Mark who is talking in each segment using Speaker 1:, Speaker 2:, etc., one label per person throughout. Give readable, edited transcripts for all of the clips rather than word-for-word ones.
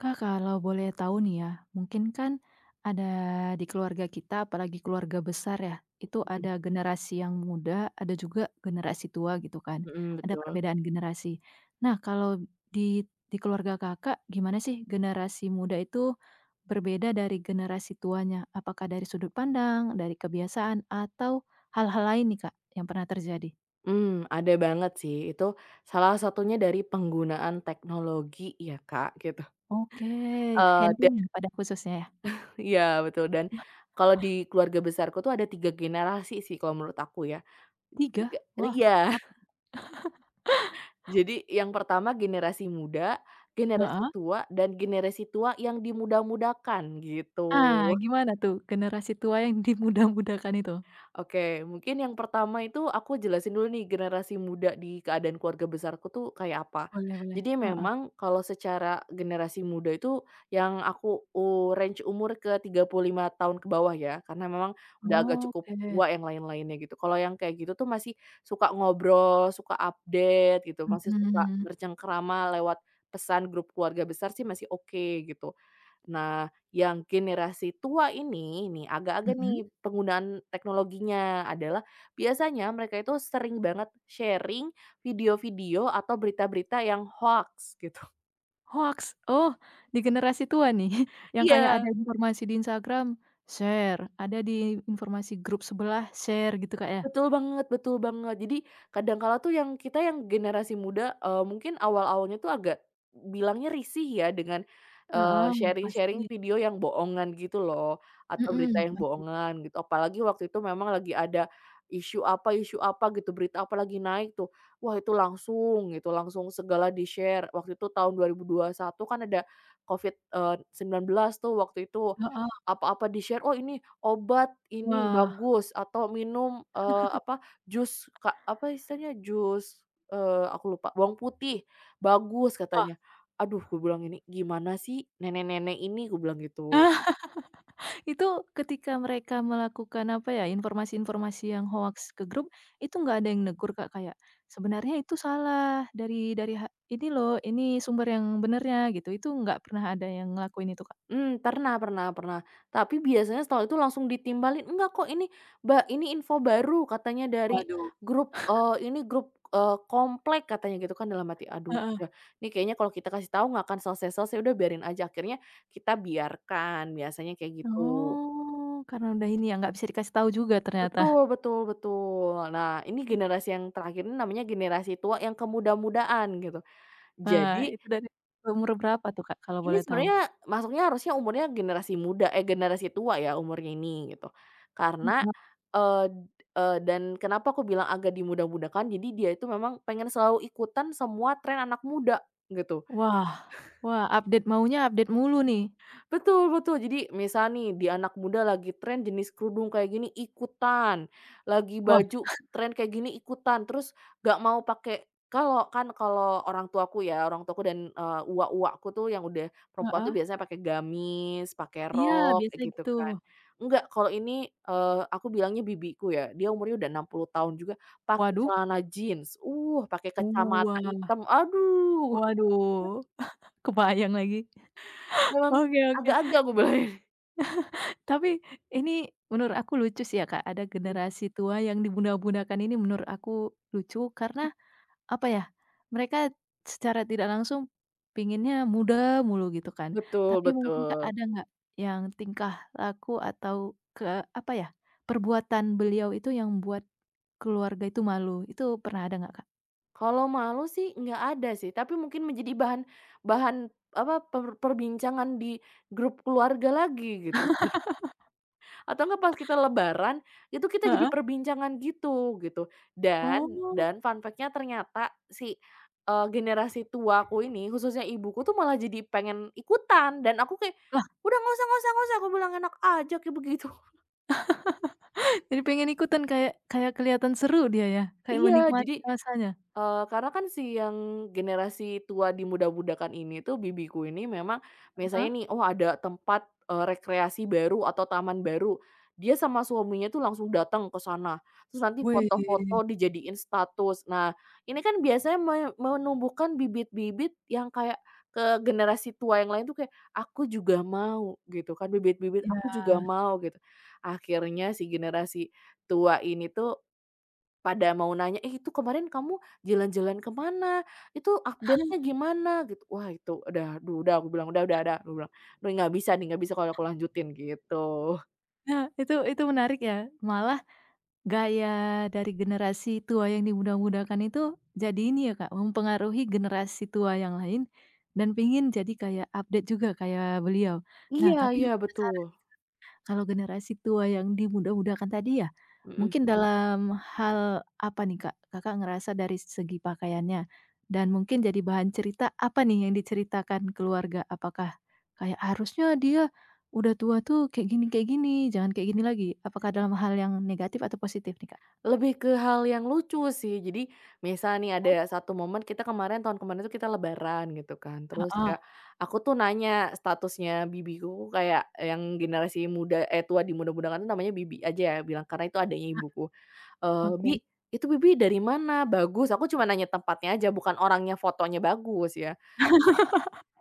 Speaker 1: Kak, kalau boleh tahu nih ya, mungkin kan ada di keluarga kita, apalagi keluarga besar ya, itu ada generasi yang muda, ada juga generasi tua gitu kan,
Speaker 2: Mhm,
Speaker 1: ada
Speaker 2: betul.
Speaker 1: perbedaan generasi. Nah, kalau di di keluarga Kakak, gimana sih generasi muda itu berbeda dari generasi tuanya? Apakah dari sudut pandang, dari kebiasaan, atau hal-hal lain nih Kak, yang pernah terjadi?
Speaker 2: Ada banget sih, itu salah satunya dari penggunaan teknologi ya, Kak, gitu.
Speaker 1: Oke,
Speaker 2: Eee, da
Speaker 1: handphone ya pada khususnya ya?
Speaker 2: iya betul, dan kalau di keluarga besarku tuh ada 3 generasi sih kalau menurut aku ya.
Speaker 1: 3?
Speaker 2: Tiga
Speaker 1: Wah,
Speaker 2: iya,
Speaker 1: apa
Speaker 2: jadi yang pertama generasi muda, generasi
Speaker 1: heeh.
Speaker 2: tua, dan generasi tua yang dimuda-mudakan gitu.
Speaker 1: Ah, gimana tuh generasi tua yang dimudah-mudahkan itu?
Speaker 2: Oke, mungkin yang pertama itu aku jelasin dulu nih generasi muda di keadaan keluarga besarku tuh kayak apa.
Speaker 1: Boleh boleh,
Speaker 2: Jadi
Speaker 1: heeh.
Speaker 2: memang kalau secara generasi muda itu yang range umur ke 35 tahun ke bawah ya, karena memang udah agak cukup
Speaker 1: Oke,
Speaker 2: tua yang lain-lainnya gitu. Kalau yang kayak gitu tuh masih suka ngobrol, suka update gitu, masih suka
Speaker 1: mhm,
Speaker 2: bercengkerama lewat pesan grup keluarga besar sih masih oke gitu. Nah, yang generasi tua ini nih agak-agak
Speaker 1: mhm.
Speaker 2: nih penggunaan teknologinya adalah biasanya mereka itu sering banget sharing video-video atau berita-berita yang hoax gitu.
Speaker 1: Hoaks? Oh, di generasi tua nih yang kayak ada
Speaker 2: Iya.
Speaker 1: informasi di Instagram, share, ada di informasi grup sebelah, share gitu, Kak, ya?
Speaker 2: Betul banget betul banget. Jadi kadang kala tuh yang kita yang generasi muda, mungkin awal-awalnya tuh agak bilangnya risih ya dengan,
Speaker 1: Heeh, pasti.
Speaker 2: sharing-sharing video yang bohongan gitu loh, atau berita
Speaker 1: Mhm,
Speaker 2: yang
Speaker 1: pasti.
Speaker 2: bohongan gitu. Apalagi waktu itu memang lagi ada isu apa gitu, berita apa lagi naik tuh. Wah itu langsung gitu, langsung segala di-share. Waktu itu tahun 2021 kan ada Covid, 19 tuh waktu itu.
Speaker 1: Heeh.
Speaker 2: Apa-apa di-share, "Oh ini obat ini
Speaker 1: Wah
Speaker 2: bagus," atau minum, jus apa istilahnya, jus, aku lupa, bawang putih, "Bagus,"
Speaker 1: wah.
Speaker 2: katanya. Aduh, gue bilang ini, "Gimana sih nenek-nenek ini?" Gue bilang gitu.
Speaker 1: Itu ketika mereka melakukan, apa ya, informasi-informasi yang hoax ke grup, itu nggak ada yang negur, Kak, kayak, "Sebenarnya itu salah dari ini loh, ini sumber yang benernya," gitu. Itu nggak pernah ada yang ngelakuin itu, Kak?
Speaker 2: Pernah pernah pernah. Tapi biasanya setelah itu langsung ditimbalin, "Enggak kok ini ini info baru," katanya dari
Speaker 1: Waduh,
Speaker 2: grup, ini grup, komplek katanya gitu kan dalam hati, "Aduh
Speaker 1: heeh.
Speaker 2: udah, ini kayaknya kalau kita kasih tahu nggak akan selesai-selesai, udah biarin aja." Akhirnya kita biarkan, biasanya kayak gitu.
Speaker 1: Oh, karena udah ini ya, nggak bisa dikasih tahu juga
Speaker 2: Betul
Speaker 1: ternyata.
Speaker 2: betul betul. Nah, ini generasi yang terakhir ini namanya generasi tua yang kemuda mudaan gitu.
Speaker 1: Nah,
Speaker 2: Jadi
Speaker 1: itu dari umur berapa tuh, Kak, kalau
Speaker 2: ini
Speaker 1: boleh tahu?
Speaker 2: sebenarnya masuknya harusnya umurnya generasi generasi tua ya umurnya ini gitu. Karena,
Speaker 1: Mhm.
Speaker 2: eee eee, dan kenapa aku bilang agak dimudah-mudahkan, jadi dia itu memang pengen selalu ikutan semua tren anak muda gitu.
Speaker 1: Wah wah, update maunya update mulu nih.
Speaker 2: Betul betul. Jadi misal nih di anak muda lagi tren jenis kerudung kayak gini ikutan, lagi
Speaker 1: Wah,
Speaker 2: baju tren kayak gini ikutan, terus nggak mau pakai kalau kan kalau orang tuaku ya, orang tuaku dan, uwak-uwakku tuh yang udah perempuan
Speaker 1: heeh.
Speaker 2: tuh biasanya pakai gamis, pakai
Speaker 1: Iya,
Speaker 2: rok kayak
Speaker 1: biasanya
Speaker 2: gitu
Speaker 1: gitu.
Speaker 2: kan. Enggak, kalau ini, aku bilangnya bibiku ya, dia umurnya udah 60 tahun juga pakai
Speaker 1: Waduh,
Speaker 2: celana jeans, pakai kacamata
Speaker 1: wah.
Speaker 2: hitam, aduh,
Speaker 1: Waduh, kebayang lagi.
Speaker 2: yang
Speaker 1: Oke oke.
Speaker 2: agak-agak aku bilangnya.
Speaker 1: Tapi ini menurut aku lucu sih ya Kak, ada generasi tua yang dibunda-bundakan ini menurut aku lucu karena, apa ya, mereka secara tidak langsung pinginnya muda mulu gitu kan.
Speaker 2: Betul
Speaker 1: Tapi mungkin Kak
Speaker 2: betul.
Speaker 1: ada nggak yang tingkah laku atau ke apa ya, perbuatan beliau itu yang buat keluarga itu malu, itu pernah ada nggak Kak?
Speaker 2: Kalau malu sih nggak ada sih, tapi mungkin menjadi bahan bahan apa, perbincangan di grup keluarga lagi gitu. Atau enggak pas kita lebaran, itu kita jadi
Speaker 1: Heeh.
Speaker 2: perbincangan gitu, gitu. Dan
Speaker 1: Oh.
Speaker 2: dan fun fact-nya ternyata si, generasi tuaku ini, khususnya ibuku tuh malah jadi pengen ikutan, dan aku kayak, "Udah nggak usah nggak usah nggak usah," aku bilang, "enak aja kayak begitu."
Speaker 1: Jadi pengen ikutan kayak kayak kelihatan seru dia ya, kayak
Speaker 2: Iya, jadi
Speaker 1: menikmati rasanya.
Speaker 2: Karena kan si yang generasi tua dimudah-mudahkan ini tuh bibiku ini memang
Speaker 1: Heeh?
Speaker 2: misalnya nih, oh ada tempat, rekreasi baru atau taman baru, dia sama suaminya tuh langsung datang ke sana, terus nanti
Speaker 1: Wih,
Speaker 2: foto-foto dijadiin status. Nah, ini kan biasanya menumbuhkan bibit-bibit yang kayak ke generasi tua yang lain tuh kayak, "Aku juga mau," gitu kan, bibit-bibit, "Aku
Speaker 1: iya.
Speaker 2: juga mau," gitu. Akhirnya si generasi tua ini tuh pada mau nanya, "Eh, itu kemarin kamu jalan-jalan kemana? Itu update-nya gimana?" Gitu. Wah, itu udah, "Duh, udah," aku bilang, "Duh, nggak bisa nih, nggak bisa kalau aku lanjutin," gitu.
Speaker 1: Nah, itu menarik ya, malah gaya dari generasi tua yang dimudah-mudahkan itu jadi ini ya, Kak, mempengaruhi generasi tua yang lain dan pengin jadi kayak update juga kayak beliau. Nah,
Speaker 2: Iya
Speaker 1: tapi aku
Speaker 2: iya,
Speaker 1: penasaran
Speaker 2: betul,
Speaker 1: kalau generasi tua yang dimudah-mudahkan tadi ya,
Speaker 2: mhm.
Speaker 1: mungkin dalam hal apa nih, Kak? Kakak ngerasa dari segi pakaiannya dan mungkin jadi bahan cerita apa nih yang diceritakan keluarga? Apakah kayak, "Harusnya dia udah tua tuh kayak gini, jangan kayak gini lagi." Apakah dalam hal yang negatif atau positif nih, Kak?
Speaker 2: Lebih ke hal yang lucu sih. Jadi, misal nih
Speaker 1: Oh,
Speaker 2: ada satu momen kita kemarin tahun kemarin tuh kita lebaran gitu kan, terus
Speaker 1: heeh,
Speaker 2: kayak aku tuh nanya statusnya bibiku kayak yang generasi tua di muda-muda kan namanya bibi aja ya, bilang karena itu adiknya ibuku. "Bi,
Speaker 1: oke.
Speaker 2: itu Bibi dari mana? Bagus." Aku cuma nanya tempatnya aja, bukan orangnya fotonya bagus ya.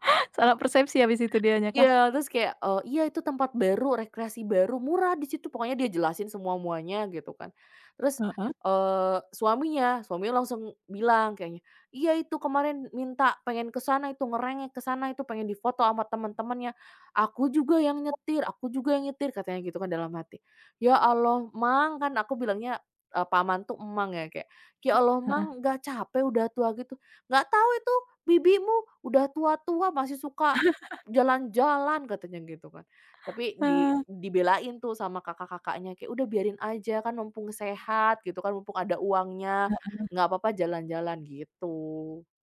Speaker 1: Salah persepsi habis itu dianya kah?
Speaker 2: Iya, terus kayak, "Iya itu tempat baru, rekreasi baru, murah di situ," pokoknya dia jelasin semua-muanya gitu kan. Terus,
Speaker 1: Heeh.
Speaker 2: suaminya suaminya langsung bilang kayaknya, "Iya itu kemarin minta pengen ke sana itu, ngerengek ke sana itu, pengen difoto sama temen-temennya. Aku juga yang nyetir aku juga yang nyetir," katanya gitu kan dalam hati. "Ya Allah Mang," kan aku bilangnya, Pak Maman tuh Emang ya, kayak, "Ya Allah
Speaker 1: Heeh.
Speaker 2: Mang nggak capek udah tua gitu?" "Nggak tahu itu bibimu udah tua-tua masih suka jalan-jalan," katanya gitu kan. Tapi
Speaker 1: Eh,
Speaker 2: dibelain tuh sama kakak-kakaknya, kayak, "Udah biarin aja, kan mumpung sehat," gitu kan, "mumpung ada uangnya, nggak apa-apa jalan-jalan," gitu.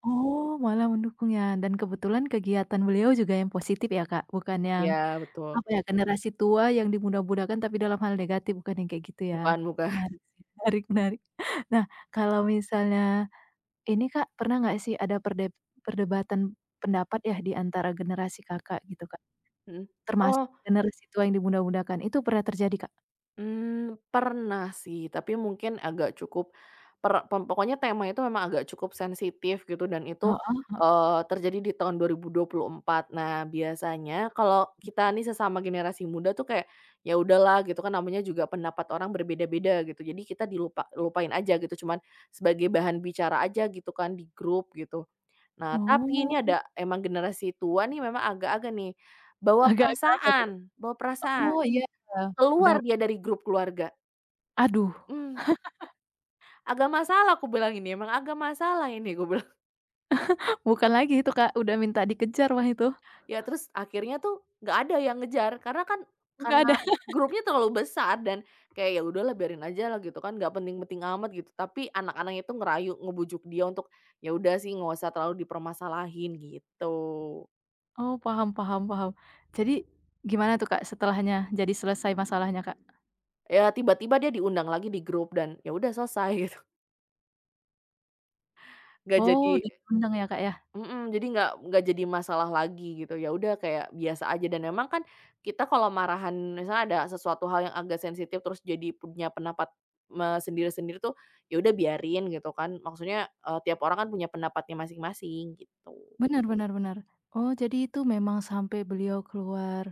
Speaker 1: Oh, malah mendukung ya dan kebetulan kegiatan beliau juga yang positif ya, Kak? Bukan yang
Speaker 2: Iya betul,
Speaker 1: apa ya, generasi tua yang dimudah-mudahkan tapi dalam hal negatif, bukan yang kayak gitu ya?
Speaker 2: bukan bukan,
Speaker 1: Menarik sih, menarik menarik. Nah, kalau misalnya ini Kak, pernah nggak sih ada perdebatan pendapat ya di antara generasi Kakak gitu, Kak?
Speaker 2: mhm.
Speaker 1: Termasuk
Speaker 2: Oh.
Speaker 1: generasi tua yang dimudah-mudahkan, itu pernah terjadi, Kak?
Speaker 2: Pernah sih, tapi mungkin agak cukup per pem pokoknya tema itu memang agak cukup sensitif gitu dan itu,
Speaker 1: Heeh,
Speaker 2: terjadi di tahun dua 2024. Nah, biasanya kalau kita nih sesama generasi muda tuh kayak, ya udahlah gitu kan namanya juga pendapat orang berbeda-beda gitu, jadi kita dilupa lupain aja gitu, cuman sebagai bahan bicara aja gitu kan di grup gitu. Nah, tapi ini
Speaker 1: oh,
Speaker 2: ada emang generasi tua nih memang agak-agak nih, bawa
Speaker 1: agak-agak apa tuh?
Speaker 2: perasaan bawa perasaan,
Speaker 1: Oh iya, udah
Speaker 2: keluar dia dari grup keluarga.
Speaker 1: aduh,
Speaker 2: Mmm, agak masalah aku bilang ini, emang agak masalah ini gue bilang.
Speaker 1: bukan lagi itu Kak, udah minta dikejar mah itu,
Speaker 2: Ya terus akhirnya tuh nggak ada yang ngejar karena kan
Speaker 1: nggak ada.
Speaker 2: karena grupnya terlalu besar dan kayak, "Ya udahlah biarin aja lah," gitu kan, "nggak penting-penting amat," gitu. Tapi anak-anaknya itu ngerayu, ngebujuk dia untuk, "Ya udah sih nggak usah terlalu dipermasalahin," gitu.
Speaker 1: Oh, paham paham paham. Jadi, gimana tuh Kak setelahnya? Jadi selesai masalahnya, Kak?
Speaker 2: Ya tiba-tiba dia diundang lagi di grup dan ya udah selesai gitu, nggak
Speaker 1: Oh,
Speaker 2: jadi
Speaker 1: udah diundang ya, Kak, ya?
Speaker 2: mhm, jadi nggak jadi masalah lagi gitu, ya udah kayak biasa aja dan memang kan kita kalau marahan misalnya ada sesuatu hal yang agak sensitif terus jadi punya pendapat sendiri-sendiri tuh, ya udah biarin gitu kan, maksudnya, tiap orang kan punya pendapatnya masing-masing gitu.
Speaker 1: Benar benar benar. Oh, jadi itu memang sampai beliau keluar.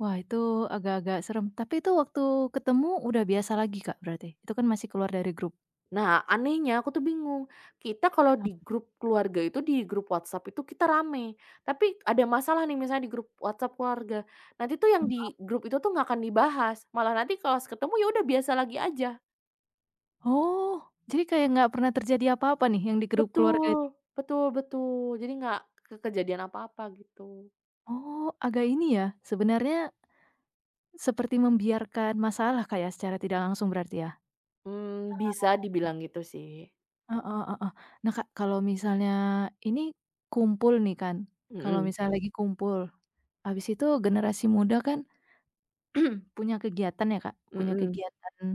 Speaker 1: Wah, itu agak-agak serem. Tapi itu waktu ketemu udah biasa lagi, Kak, berarti? Itu kan masih keluar dari grup?
Speaker 2: Nah anehnya aku tuh bingung, kita kalau di grup keluarga itu di grup WhatsApp itu kita rame, tapi ada masalah nih misalnya di grup WhatsApp keluarga, nanti tuh yang di grup itu tuh nggak akan dibahas, malah nanti kalau ketemu ya udah biasa lagi aja.
Speaker 1: Oh, jadi kayak nggak pernah terjadi apa-apa nih yang di grup keluarga
Speaker 2: Betul,
Speaker 1: itu?
Speaker 2: betul betul. Jadi nggak kejadian apa-apa gitu.
Speaker 1: Oh, agak ini ya, sebenarnya seperti membiarkan masalah, Kak, ya, secara tidak langsung berarti ya?
Speaker 2: Mmm, bisa dibilang gitu sih.
Speaker 1: Heeh heeh. Nah, Kak, kalau misalnya ini kumpul nih kan, kalau
Speaker 2: Mhm,
Speaker 1: misalnya lagi kumpul, habis itu generasi muda kan punya kegiatan ya, Kak, punya
Speaker 2: mhm,
Speaker 1: kegiatan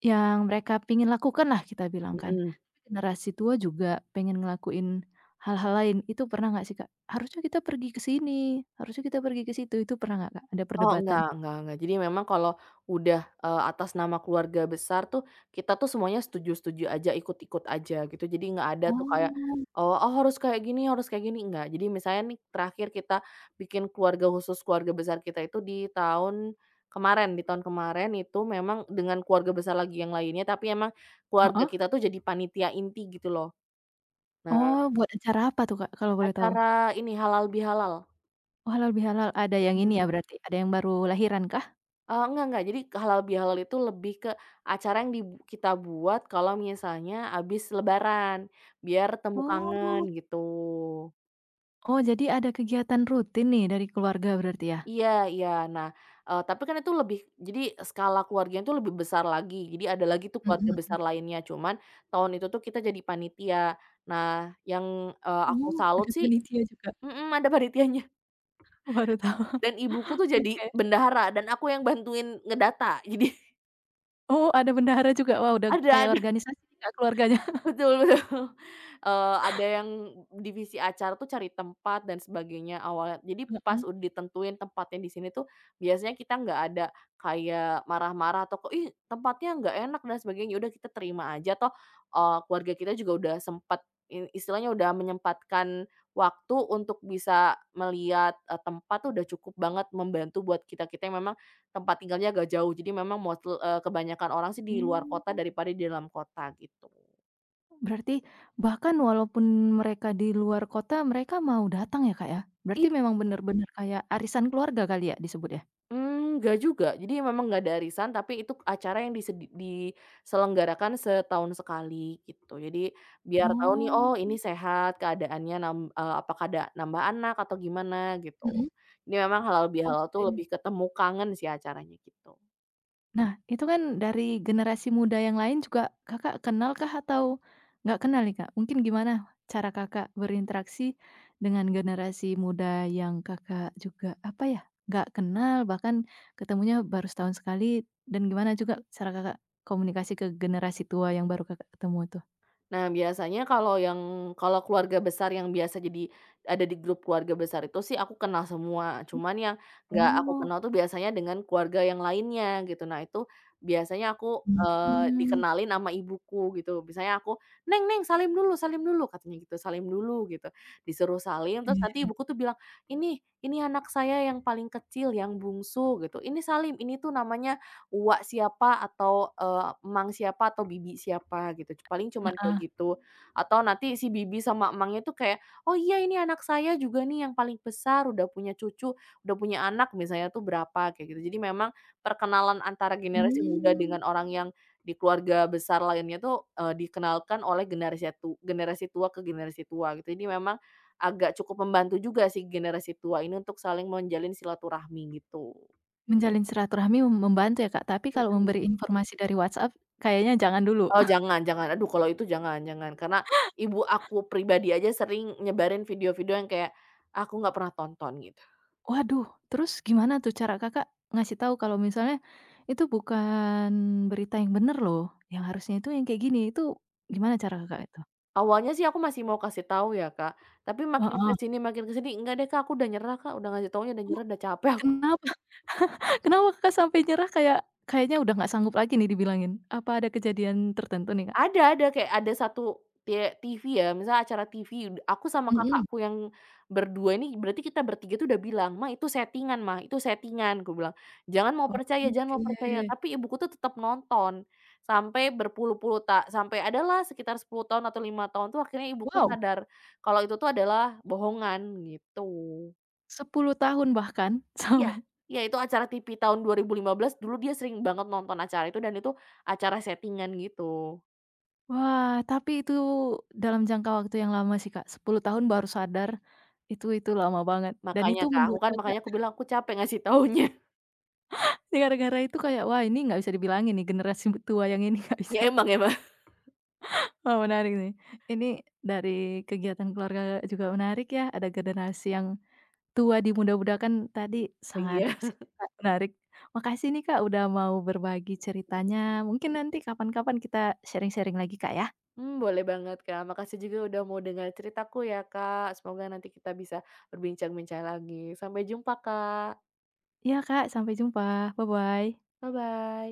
Speaker 1: yang mereka pingin lakukan lah kita bilang kan.
Speaker 2: mhm.
Speaker 1: Generasi tua juga pengen ngelakuin hal-hal lain, itu pernah nggak sih, Kak? Harusnya kita pergi ke sini, harusnya kita pergi ke situ, itu pernah nggak, Kak? Ada
Speaker 2: Oh,
Speaker 1: perdebatan?
Speaker 2: enggak enggak. Jadi memang kalau udah, atas nama keluarga besar tuh, kita tuh semuanya setuju-setuju aja, ikut-ikut aja gitu. Jadi nggak ada tuh kayak,
Speaker 1: Oh,
Speaker 2: "Oh, harus kayak gini," enggak. Jadi misalnya nih terakhir kita bikin keluarga khusus, keluarga besar kita itu di tahun kemarin itu memang dengan keluarga besar lagi yang lainnya, tapi emang keluarga
Speaker 1: heeh?
Speaker 2: kita tuh jadi panitia inti gitu loh. Nah,
Speaker 1: Oh, buat acara apa tuh, Kak, kalau boleh tahu?
Speaker 2: acara ini halal bihalal.
Speaker 1: Oh, halal bihalal, ada yang ini ya
Speaker 2: Mhm.
Speaker 1: berarti, ada yang baru lahiran kah?
Speaker 2: Enggak enggak. Jadi halal bihalal itu lebih ke acara yang kita buat kalau misalnya habis lebaran, biar temu kangen
Speaker 1: Oh.
Speaker 2: gitu.
Speaker 1: Oh, jadi ada kegiatan rutin nih dari keluarga berarti ya?
Speaker 2: Iya iya. Nah, tapi kan itu lebih jadi skala keluarganya itu lebih besar lagi. Jadi ada lagi tuh
Speaker 1: Mhm
Speaker 2: keluarga
Speaker 1: mhm.
Speaker 2: besar lainnya, cuman tahun itu tuh kita jadi panitia. Nah, yang, aku
Speaker 1: Oh.
Speaker 2: salut
Speaker 1: Ada
Speaker 2: sih
Speaker 1: panitia juga.
Speaker 2: mhm, ada panitianya.
Speaker 1: Baru tahu,
Speaker 2: Dan ibuku tuh jadi
Speaker 1: oke.
Speaker 2: bendahara dan aku yang bantuin ngedata. Jadi
Speaker 1: Oh, ada bendahara juga? Wah, udah kayak
Speaker 2: ada
Speaker 1: organisasi nih, Kak, keluarganya.
Speaker 2: Betul betul, ada yang divisi acara tuh cari tempat dan sebagainya awalnya. Jadi pas
Speaker 1: Heeh.
Speaker 2: udah ditentuin tempatnya di sini tuh, biasanya kita nggak ada kayak marah-marah atau kok, "Ih tempatnya nggak enak" dan sebagainya, ya udah kita terima aja toh, keluarga kita juga udah sempet istilahnya udah menyempatkan waktu untuk bisa melihat, tempat tuh udah cukup banget membantu buat kita-kita yang memang tempat tinggalnya agak jauh. Jadi memang kebanyakan orang sih di luar kota
Speaker 1: Mmm,
Speaker 2: daripada di dalam kota gitu.
Speaker 1: berarti bahkan walaupun mereka di luar kota, mereka mau datang ya, Kak, ya?
Speaker 2: I
Speaker 1: Berarti memang bener-bener kayak arisan keluarga kali ya disebut ya?
Speaker 2: Mmm, nggak juga. Jadi memang nggak ada arisan, tapi itu acara yang diselenggarakan setahun sekali gitu. Jadi biar tahu nih,
Speaker 1: Oh.
Speaker 2: oh ini sehat keadaannya, apakah ada nambah anak atau gimana gitu.
Speaker 1: Mhm.
Speaker 2: Ini memang halal bihalal tuh
Speaker 1: Oke.
Speaker 2: lebih ketemu kangen sih acaranya gitu.
Speaker 1: Nah, itu kan dari generasi muda yang lain juga Kakak kenal kah atau nggak kenal nih, Kak? Mungkin gimana cara Kakak berinteraksi dengan generasi muda yang Kakak juga, apa ya, nggak kenal, bahkan ketemunya baru setahun sekali, dan gimana juga cara Kakak komunikasi ke generasi tua yang baru Kakak ketemu tuh?
Speaker 2: Nah, biasanya kalau kalau keluarga besar yang biasa jadi ada di grup keluarga besar itu sih aku kenal semua, cuman yang nggak aku
Speaker 1: Oh,
Speaker 2: kenal tuh biasanya dengan keluarga yang lainnya gitu. Nah, itu biasanya aku,
Speaker 1: mhm, mmm,
Speaker 2: dikenalin sama ibuku gitu. Misalnya aku, "Neng Neng, salim dulu," katanya gitu, "salim dulu," gitu. Disuruh salim, terus
Speaker 1: iya.
Speaker 2: nanti ibuku tuh bilang, "Ini ini anak saya yang paling kecil, yang bungsu," gitu, "Ini salim, ini tuh namanya Uwak siapa atau, emang siapa atau bibi siapa gitu, paling cuman kayak
Speaker 1: Heeh.
Speaker 2: gitu." Atau nanti si bibi sama emangnya tuh kayak, "Oh iya ini anak saya juga nih yang paling besar, udah punya cucu, udah punya anak," misalnya tuh berapa kayak gitu. Jadi memang perkenalan antara generasi muda
Speaker 1: Mmm.
Speaker 2: dengan orang yang di keluarga besar lainnya tuh, dikenalkan oleh generasi tua ke generasi tua gitu. Jadi memang agak cukup membantu juga sih generasi tua ini untuk saling menjalin silaturahmi gitu.
Speaker 1: Menjalin silaturahmi membantu ya, Kak, tapi kalau memberi mhm
Speaker 2: Mhm.
Speaker 1: informasi dari WhatsApp kayaknya jangan dulu.
Speaker 2: Oh jangan jangan, aduh kalau itu jangan jangan, karena ibu aku pribadi aja sering nyebarin video-video yang kayak aku nggak pernah tonton gitu.
Speaker 1: Waduh, terus gimana tuh cara Kakak ngasih tahu kalau misalnya itu bukan berita yang bener loh, yang harusnya itu yang kayak gini, itu gimana cara Kakak itu?
Speaker 2: Awalnya sih aku masih mau kasih tahu ya Kak, tapi
Speaker 1: Heeh.
Speaker 2: makin ke sini, "Enggak deh Kak, aku udah nyerah Kak, udah ngasih taunya udah
Speaker 1: Oh,
Speaker 2: nyerah, udah capek aku."
Speaker 1: kenapa kenapa Kakak sampai nyerah kayak kayaknya udah nggak sanggup lagi nih dibilangin? Apa ada kejadian tertentu nih, Kak?
Speaker 2: Ada, kayak ada satu TV ya, misalnya acara TV, aku sama
Speaker 1: Mhm.
Speaker 2: kakakku yang berdua ini berarti kita bertiga tuh udah bilang, Ma, itu settingan," aku bilang, "Jangan mau percaya jangan
Speaker 1: Oke.
Speaker 2: mau percaya," tapi ibuku tuh tetap nonton sampai berpuluh-puluh sampai adalah sekitar 10 tahun atau 5 tahun tuh akhirnya ibuku
Speaker 1: Wow,
Speaker 2: sadar kalau itu tuh adalah bohongan, gitu.
Speaker 1: 10 tahun bahkan
Speaker 2: Iya
Speaker 1: sampai
Speaker 2: iya, itu acara TV tahun 2015 dulu dia sering banget nonton acara itu dan itu acara settingan gitu.
Speaker 1: wah, tapi itu dalam jangka waktu yang lama sih, Kak. 10 tahun baru sadar, itu lama banget dan
Speaker 2: Makanya
Speaker 1: itu
Speaker 2: Kak, aku
Speaker 1: membuat
Speaker 2: kan
Speaker 1: Kakak
Speaker 2: makanya aku bilang aku capek ngasih taunya.
Speaker 1: gara-gara itu kayak, wah ini nggak bisa dibilangin nih generasi tua yang ini nggak bisa.
Speaker 2: Ya emang ya, Mbak.
Speaker 1: Wah menarik nih. Ini dari kegiatan keluarga juga menarik ya, ada generasi yang tua dimudah-mudahkan tadi sangat
Speaker 2: Iya.
Speaker 1: positif Kak, menarik. Makasih nih Kak udah mau berbagi ceritanya, mungkin nanti kapan-kapan kita sharing-sharing lagi Kak ya.
Speaker 2: Boleh banget Kak, makasih juga udah mau dengar ceritaku ya Kak, semoga nanti kita bisa berbincang-bincang lagi. Sampai jumpa Kak.
Speaker 1: Iya Kak, sampai jumpa, bye-bye.
Speaker 2: Bye-bye.